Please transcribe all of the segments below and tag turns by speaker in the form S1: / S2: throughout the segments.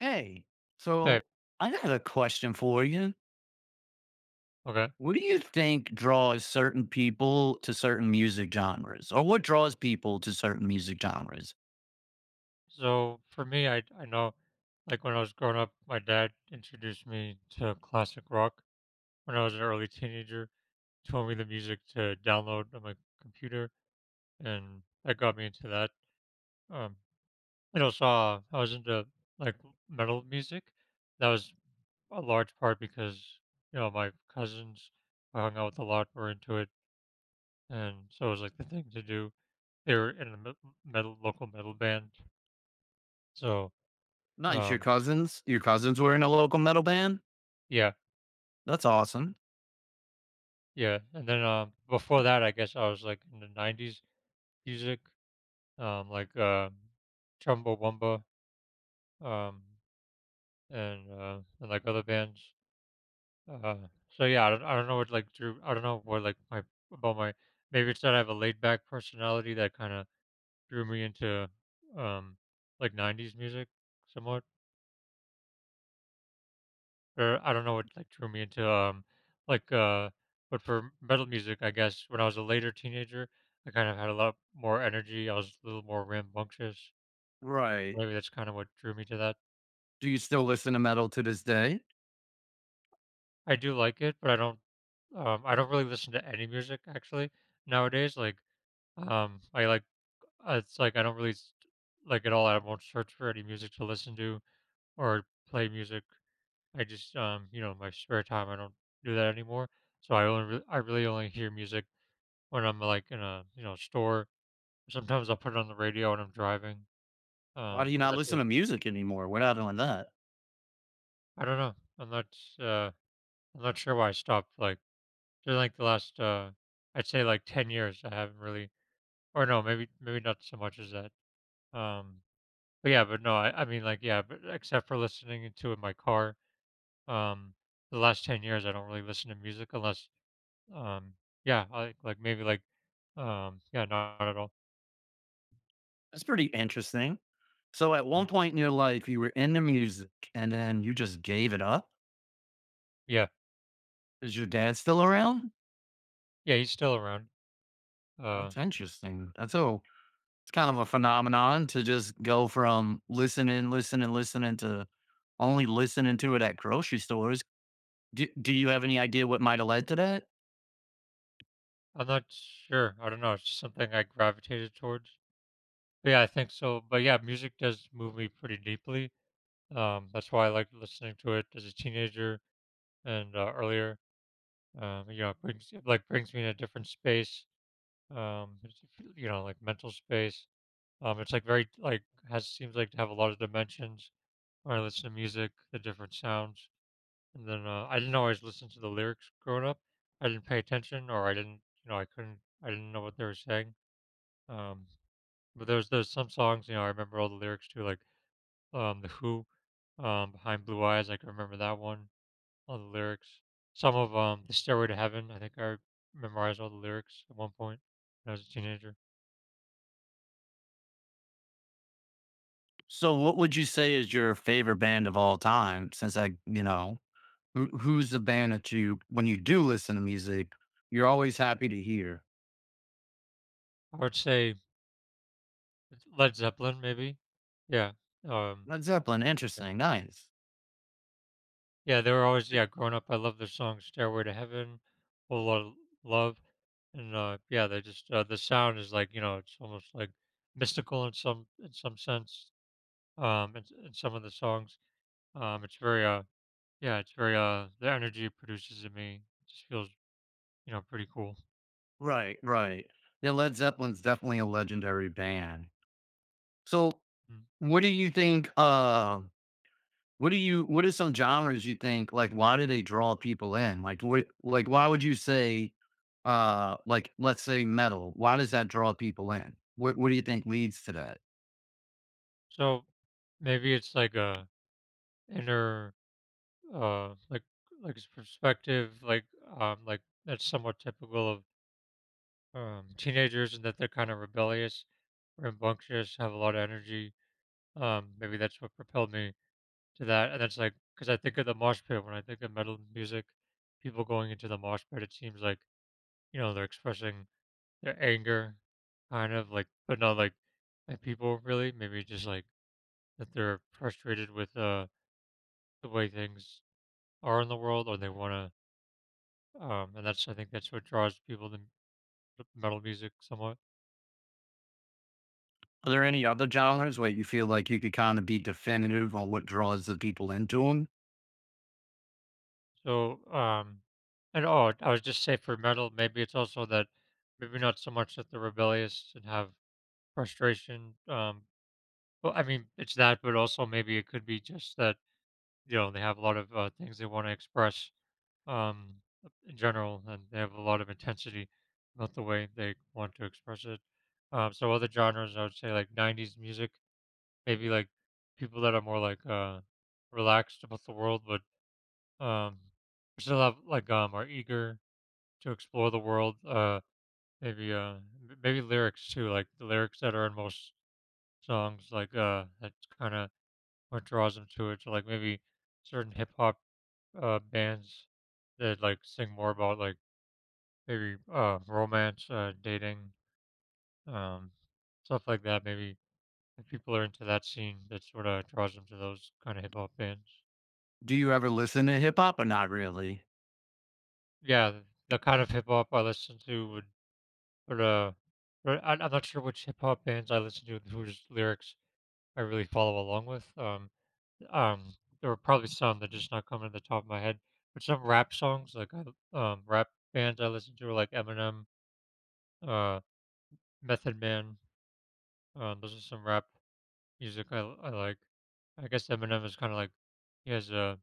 S1: Hey,
S2: Hey,
S1: so I got a question for you.
S2: okay.
S1: What do you think draws certain people to certain music genres, or what draws people to certain music genres?
S2: So for me, I know, like when I was growing up, my dad introduced me to classic rock when I was an early teenager. Told me the music to download on my computer, and that got me into that. Um, and also, I was into like metal music. That was a large part because you know my cousins I hung out with a lot were into it, and so it was like the thing to do. They were in a me- metal local metal band, so
S1: Nice, your
S2: um,
S1: cousins. Your cousins were in a local metal band.
S2: yeah.
S1: That's awesome.
S2: Yeah, and then, before that, I guess I was, like, in the '90s music, like, Chumbawamba, um, and, like, other bands, so, yeah, I don't know what, like, my about my maybe it's that I have a laid back personality that kinda drew me into, um, like, '90s music somewhat. Or I don't know what like drew me into, like, but for metal music, I guess when I was a later teenager, I kind of had a lot more energy. I was a little more rambunctious.
S1: Right.
S2: Maybe that's kind of what drew me to that.
S1: Do you still listen to metal to this day?
S2: I do like it, but I don't really listen to any music actually nowadays. Like, I like, it's like I don't really like at all. I won't search for any music to listen to or play music. I just in my spare time I don't do that anymore. So I really only hear music when I'm, like, in a store. Sometimes I'll put it on the radio when I'm driving,
S1: Why do you
S2: but
S1: not
S2: that's
S1: listen
S2: it.
S1: to music anymore? We're not doing that.
S2: I don't know. Uh I'm not sure why I stopped, like, during, like, the last, I'd say, like, 10 years, I haven't really, or no, maybe not so much as that. Um, but yeah, but no, I mean, like, yeah, but except for listening to it in my car, um, the last 10 years, I don't really listen to music unless, um yeah, I like, maybe, like, yeah, not at all.
S1: That's pretty interesting. So, at one point in your life, you were into music, and then you just gave it up.
S2: Yeah.
S1: Is your dad still around?
S2: Yeah, he's still around. Uh
S1: That's interesting. That's all. It's kind of a phenomenon to just go from listening, listening, listening to only listening to it at grocery stores. Do you have any idea what might have led to that?
S2: I'm not sure. I don't know. It's just something I gravitated towards. But yeah, I think so. But yeah, music does move me pretty deeply. That's why I like listening to it as a teenager and, earlier. You know, it brings it, like, brings me in a different space. It's, you know, like mental space. It's like very, like, has seems like to have a lot of dimensions when I listen to music, the different sounds. And then, I didn't always listen to the lyrics growing up. I didn't pay attention, or I didn't, you know, I couldn't, I didn't know what they were saying. Um, But there's some songs, you know, I remember all the lyrics too, like, The Who, Behind Blue Eyes, like, I can remember that one, all the lyrics. Some of, The Stairway to Heaven, I think I memorized all the lyrics at one point when I was a teenager.
S1: So, what would you say is your favorite band of all time? Since I, you know, Who's the band that when you do listen to music, you're always happy to hear?
S2: I would say Led Zeppelin, maybe? Yeah, um,
S1: Led Zeppelin.
S2: okay.
S1: Interesting. Nice.
S2: Yeah, they were always,
S1: It-
S2: yeah, growing up, I loved their song Stairway to Heaven, Whole Lot of Love, and, yeah, they just, the sound is like, you know, it's almost, like, mystical in some sense, in some of the songs. It's very, yeah, it's very, the energy it produces in me just feels, you know, pretty cool.
S1: Right, right. Yeah, Led Zeppelin's definitely a legendary band. So,
S2: Mm.
S1: what do you think? What do you what are some genres you think, like, why do they draw people in? Like, what, like, why would you say, like, let's say metal, why does that draw people in? What do you think leads to that?
S2: So maybe it's like a inner, uh, like like it's perspective, like, like that's somewhat typical of teenagers, and that they're kind of rebellious, rambunctious, have a lot of energy. Maybe that's what propelled me to that, and that's like because I think of the mosh pit when I think of metal music, people going into the mosh pit, it seems like you know they're expressing their anger, kind of like, but not like people really. Maybe just like that they're frustrated with, the way things are in the world, or they want to. And that's, I think that's what draws people to metal music somewhat.
S1: Are there any other genres where you feel like you could kind of be definitive on what draws the people into them?
S2: So, and oh, I was just say for metal, maybe it's also that maybe not so much that they're rebellious and have frustration. Well, I mean it's that, but also maybe it could be just that you know they have a lot of, things they want to express, um, in general, and they have a lot of intensity about the way they want to express it. So other genres, I would say like '90s music, maybe like people that are more like, relaxed about the world, but, um, still have like, are eager to explore the world. Maybe lyrics too, like the lyrics that are in most songs, like, that's kind of what draws them to it. So like maybe certain hip hop, bands that like sing more about, like, maybe, romance, dating, um, stuff like that. Maybe if people are into that scene, that sort of draws them to those kind of hip hop bands.
S1: Do you ever listen to hip hop or not really?
S2: Yeah, the kind of hip hop I listen to would, would uh, but I'm not sure which hip hop bands I listen to and whose lyrics I really follow along with. Um, there are probably some that just not coming to the top of my head, but some rap songs like rap bands I listen to are like Eminem, uh, Method Man. Those are some rap music I, like. I guess Eminem is kind of like he has a,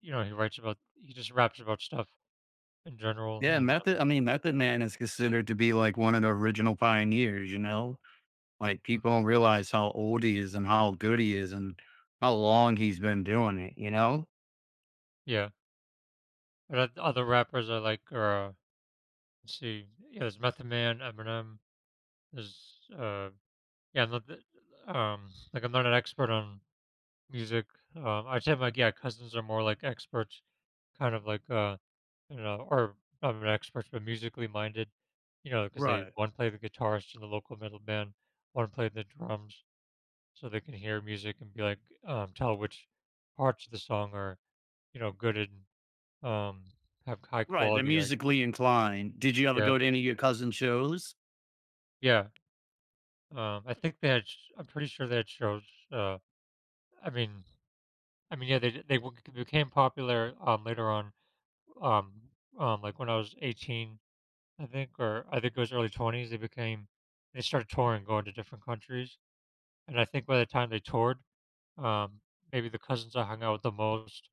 S2: you know, he writes about, he just raps about stuff in general and,
S1: Yeah, Method I mean, Method Man is considered to be like one of the original pioneers, you know? Like people
S2: mm,
S1: don't realize how old he is and how good he is and how long he's been doing it, you know?
S2: yeah. But other rappers I like are, let's see, yeah, there's Method Man, Eminem. There's yeah I'm not th- like I'm not an expert on music. I'd say my, yeah, cousins are more like experts, kind of like, or not an experts, but musically minded. You know, because they
S1: Right.
S2: one played the guitarist in the local metal band, one played the drums, so they can hear music and be like, tell which parts of the song are, good and, um, have high
S1: Right, they're
S2: quality. Like,
S1: musically inclined. Did you ever
S2: yeah,
S1: go to any of your cousin's shows?
S2: yeah. I think they had. I'm pretty sure they had shows. Uh, I mean, yeah, they d- they w- became popular, later on. Um, like when I was 18, I think, or I think it was early 20s. They started touring, going to different countries, and I think by the time they toured, um, maybe the cousins I hung out with the most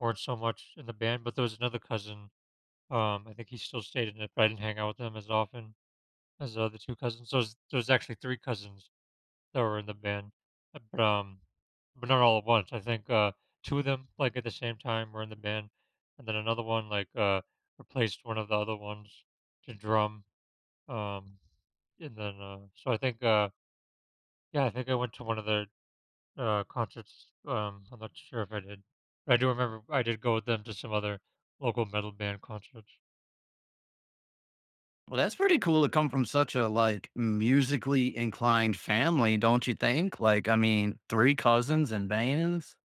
S2: weren't so much in the band, but there was another cousin. I think he still stayed in it, but I didn't hang out with him as often as the other two cousins. So there's actually three cousins that were in the band, uh, but um, but not all at once. I think, two of them like at the same time were in the band, and then another one, like, replaced one of the other ones to drum. Um, and then so I think, yeah, I think I went to one of their, concerts. I'm not sure if I did, but I do remember I did go with them to some other local metal band concerts.
S1: Well, that's pretty cool to come from such a, like, musically inclined family, don't you think? Like, I mean, 3 cousins in bands?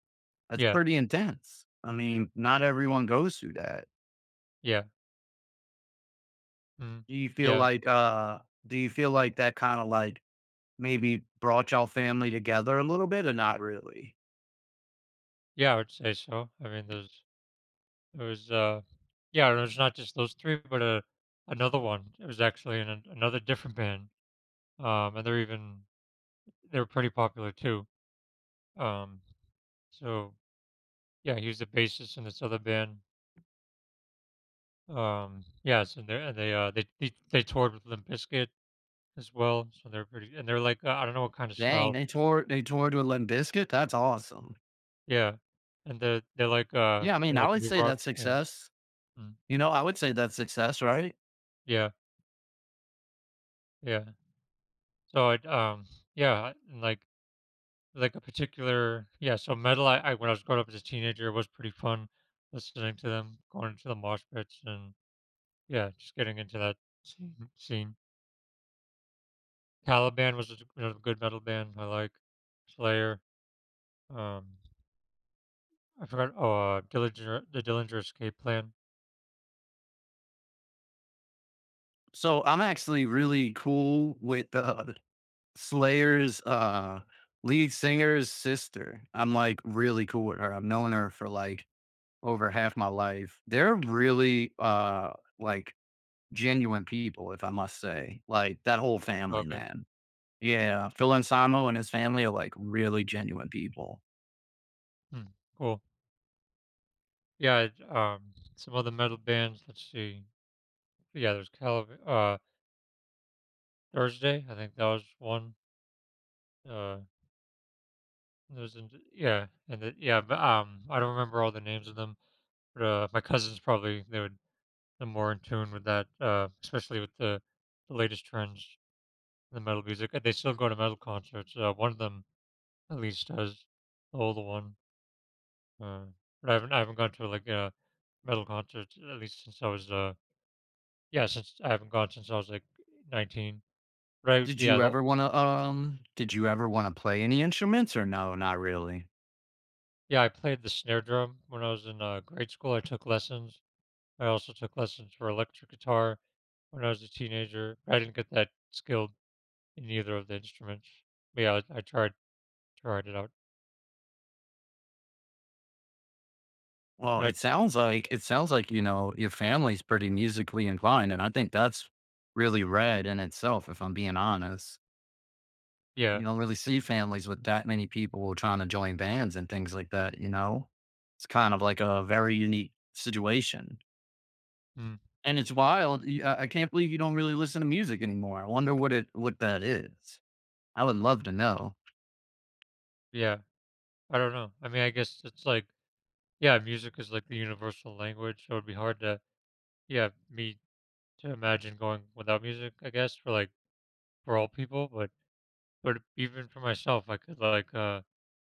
S1: That's
S2: Yeah,
S1: pretty intense. I mean, not everyone goes through that.
S2: yeah, mm,
S1: Do you feel
S2: yeah.
S1: like, do you feel like that kinda, like, maybe brought y'all family together a little bit or not really?
S2: Yeah, I would say so. I mean, there was, yeah, it was not just those three, but, another one. It was actually another different band, and they're pretty popular too. Um, so yeah, he was the bassist in this other band. Yes, and they toured with Limp Bizkit as well. So they're pretty, and they're like, I don't know what kind of
S1: Dang,
S2: style.
S1: they toured with Limp Bizkit? That's awesome.
S2: Yeah, and they're like, kind
S1: Yeah, I
S2: of
S1: mean, I
S2: like
S1: would
S2: new
S1: say
S2: rock.
S1: that's
S2: Yeah,
S1: success.
S2: mm,
S1: You know, I would say that's success, right?
S2: yeah, yeah. So I yeah, I- and like. Like a particular, yeah, so metal, I when I was growing up as a teenager, was pretty fun listening to them, going into the mosh pits and, yeah, just getting into that scene. Caliban was a another good metal band I like. Slayer, um, I forgot. Oh, Dillinger The Dillinger Escape Plan.
S1: So I'm actually really cool with Slayer's lead singer's sister. I'm like really cool with her. I've known her for like over half my life. They're really like genuine people, if I must say. Like that whole family,
S2: Okay.
S1: man. Yeah, Phil Anselmo and his family are like really genuine people.
S2: Hmm, cool. Yeah, some other metal bands, let's see. Yeah, there's Calib Thursday, I think that was one. Uh, and the, yeah, but, I don't remember all the names of them. But, my cousins probably they're more in tune with that, especially with the latest trends in the metal music. And they still go to metal concerts. One of them at least does, the older one. Uh, but I haven't gone to like a metal concert at least since I was, yeah since I haven't gone since I was like 19. But I
S1: Did
S2: yeah
S1: you
S2: the,
S1: ever want to um? Did you ever want to play any instruments or no? Not really.
S2: yeah I played the snare drum when I was in, grade school. I took lessons. I also took lessons for electric guitar when I was a teenager. I didn't get that skilled in either of the instruments. Yeah, I tried it out.
S1: Well,
S2: And I
S1: it sounds like, you know, your family's pretty musically inclined, and I think that's really rad in itself, if I'm being honest.
S2: yeah.
S1: You don't really see families with that many people trying to join bands and things like that, you know? It's kind of like a very unique situation.
S2: Mm,
S1: And it's wild. Y- I can't believe you don't really listen to music anymore. I wonder what that is. I would love to know.
S2: yeah. I don't know. I mean, I guess it's like, yeah, music is like the universal language, so it'd be hard to, yeah, me to imagine going without music, I guess, for for all people, but even for myself,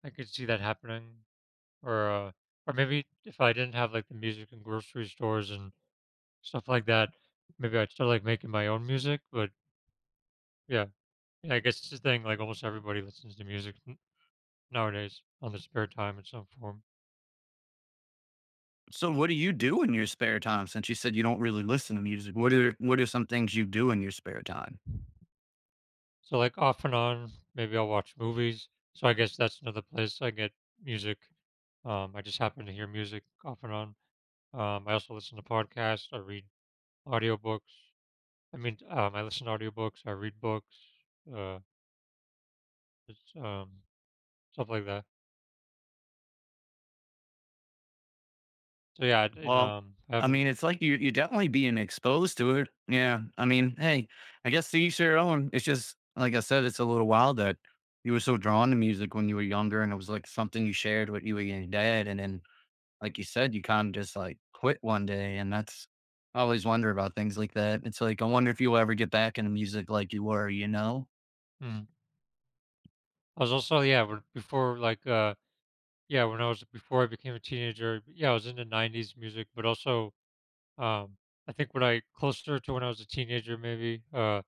S2: I could see that happening, or uh or maybe if I didn't have like the music in grocery stores and stuff like that, maybe I'd start like making my own music, but yeah. Yeah, I guess it's the thing, like almost everybody listens to music nowadays on the spare time in some form.
S1: So what do you do in your spare time since you said you don't really listen to music? What are some things you do in your spare time?
S2: So like off and on, maybe I'll watch movies. So I guess that's another place I get music. I just happen to hear music off and on. I also listen to podcasts. I read audiobooks. I mean, I listen to audiobooks. I read books. Uh, it's, stuff like that. So yeah, I- and
S1: Well,
S2: I
S1: I
S2: haven't.
S1: mean, it's like you definitely being exposed to it. Yeah. I mean, hey, I guess to each their own. It's just like I said, it's a little wild that you were so drawn to music when you were younger and it was like something you shared with you and your dad. And then like you said, you kind of just like quit one day. And that's I always wonder about things like that. It's like I wonder if you'll ever get back into music like you were, you know?
S2: Mm, I was also, yeah, before, like, yeah, when I was, before I became a teenager, yeah, I was into '90s music, but also, Um, I think when I closer to when I was a teenager, maybe,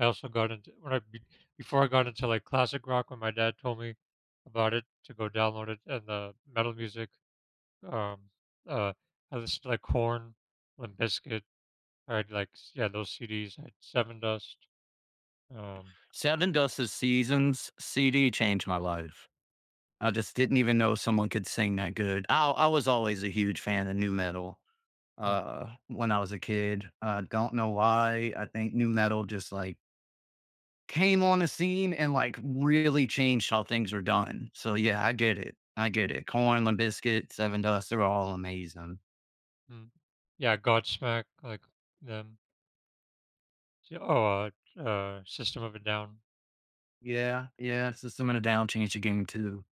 S2: I also got into, when I be, before I got into like classic rock when my dad told me about it to go download it and the metal music. Um, uh, I listened to like Korn, Limp Bizkit. I had like, yeah, those CDs. I had Seven Dust. Um,
S1: Seven Dust's Seasons CD changed my life. I just didn't even know someone could sing that good. I was always a huge fan of new metal
S2: mm,
S1: when I was a kid. Don't know why. I think new metal just like came on the scene and like really changed how things were done. So yeah, I get it. I get it. Corn, Limp Bizkit, Seven Dust, they're all amazing.
S2: mm. Yeah, Godsmack, like them. Oh, System of a Down.
S1: Yeah, yeah. System of a Down changed the game too.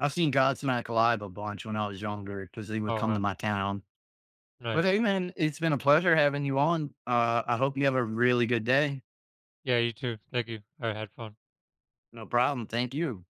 S1: I've seen Godsmack live a bunch when I was younger because they would
S2: Oh,
S1: come to my town. But
S2: nice.
S1: hey man, it's been a pleasure having you on. I hope you have a really good day.
S2: Yeah, you too. Thank you. I had fun.
S1: No problem. Thank you.